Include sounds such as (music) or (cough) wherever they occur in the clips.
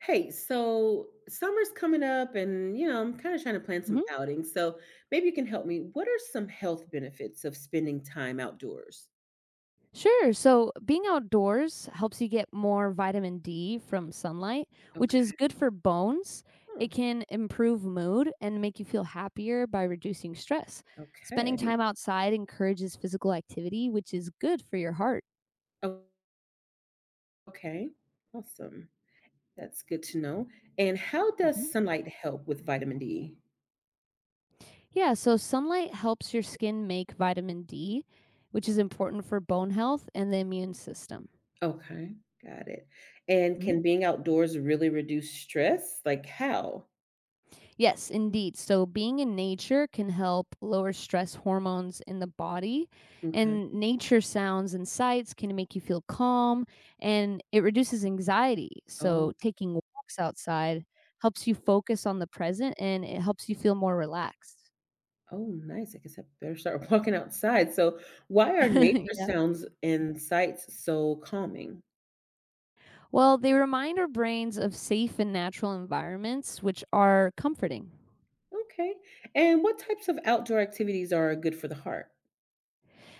Hey, so summer's coming up and I'm kind of trying to plan some Mhm. outings. So maybe you can help me. What are some health benefits of spending time outdoors? Sure. So, being outdoors helps you get more vitamin D from sunlight, which is Okay. good for bones. Oh, It can improve mood and make you feel happier by reducing stress. Spending okay. time outside encourages physical activity, which is good for your heart. Oh, okay. Awesome. That's good to know. And how Mhm. does sunlight help with vitamin D? Yeah, so sunlight helps your skin make vitamin D, which is important for bone health and the immune system. Okay. Got it. And can being outdoors really reduce stress? Like how? Yes, indeed. So being in nature can help lower stress hormones in the body, Okay. and nature sounds and sights can make you feel calm and it reduces anxiety. So Oh, taking walks outside helps you focus on the present and it helps you feel more relaxed. oh, nice. I guess I better start (laughs) walking outside. So, why are (laughs) nature Yeah. sounds and sights so calming? Well, they remind our brains of safe and natural environments, which are comforting. Okay. And what types of outdoor activities are good for the heart?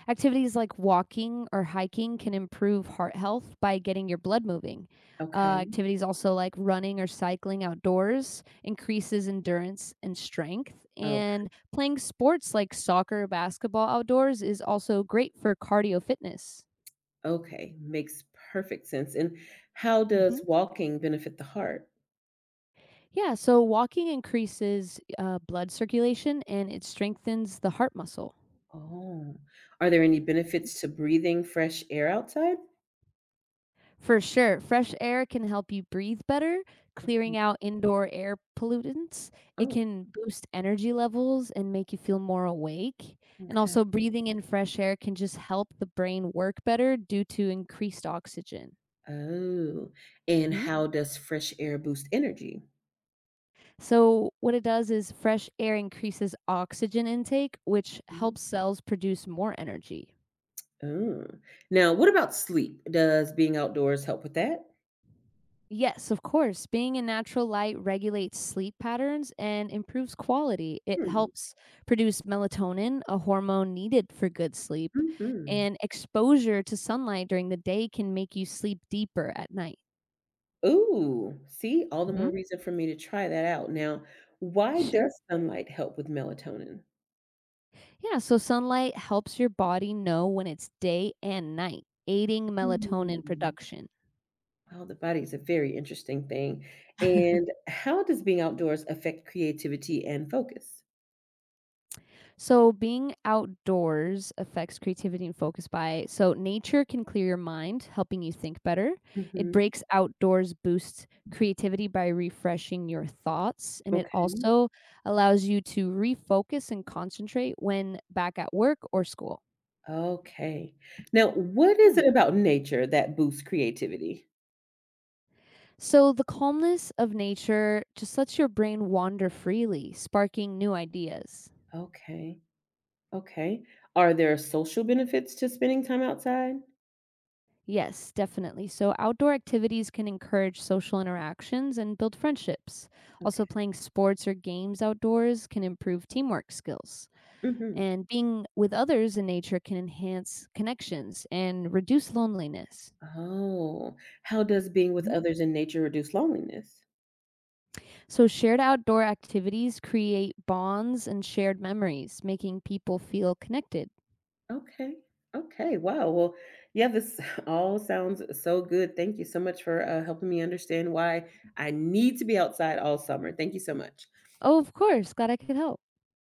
Activities like walking or hiking can improve heart health by getting your blood moving. Okay. Activities also like running or cycling outdoors increases endurance and strength. Oh, And playing sports like soccer or basketball outdoors is also great for cardio fitness. okay. Makes perfect sense. And how Hmm. does walking benefit the heart? Yeah, so walking increases blood circulation and it strengthens the heart muscle. Oh, are there any benefits to breathing fresh air outside? For sure. Fresh air can help you breathe better, Okay. clearing out indoor air pollutants. It Oh, can boost energy levels and make you feel more awake. And okay. also, breathing in fresh air can just help the brain work better due to increased oxygen. Oh, and Mhm. how does fresh air boost energy? So, what it does is fresh air increases oxygen intake, which Hmm. helps cells produce more energy. Oh. Now, what about sleep? Does being outdoors help with that? Yes, of course. Being in natural light regulates sleep patterns and improves quality. It Hmm. helps produce melatonin, a hormone needed for good sleep. Mhm. And exposure to sunlight during the day can make you sleep deeper at night. Ooh, see, all the more Hmm. reason for me to try that out. Now, why Sure. does sunlight help with melatonin? Yeah, so sunlight helps your body know when it's day and night, aiding melatonin Hmm. production. Oh, the body is a very interesting thing. (laughs) And how does being outdoors affect creativity and focus? So, being outdoors affects creativity and focus by so nature can clear your mind, helping you think better. It Hmm. breaks outdoors boosts creativity by refreshing your thoughts, and it Okay. also allows you to refocus and concentrate when back at work or school. Okay. Now, what is Yeah. it about nature that boosts creativity? So, the calmness of nature just lets your brain wander freely, sparking new ideas. Okay. Okay. Are there social benefits to spending time outside? Yes, definitely. So, outdoor activities can encourage social interactions and build friendships. Okay. Also, playing sports or games outdoors can improve teamwork skills. Mhm. And being with others in nature can enhance connections and reduce loneliness. Oh, how does being with Mhm. others in nature reduce loneliness? So, shared outdoor activities create bonds and shared memories, making people feel connected. Okay. Okay. Wow. Well, yeah, this (laughs) all sounds so good. Thank you so much for helping me understand why I need to be outside all summer. Thank you so much. Oh, of course. Glad I could help.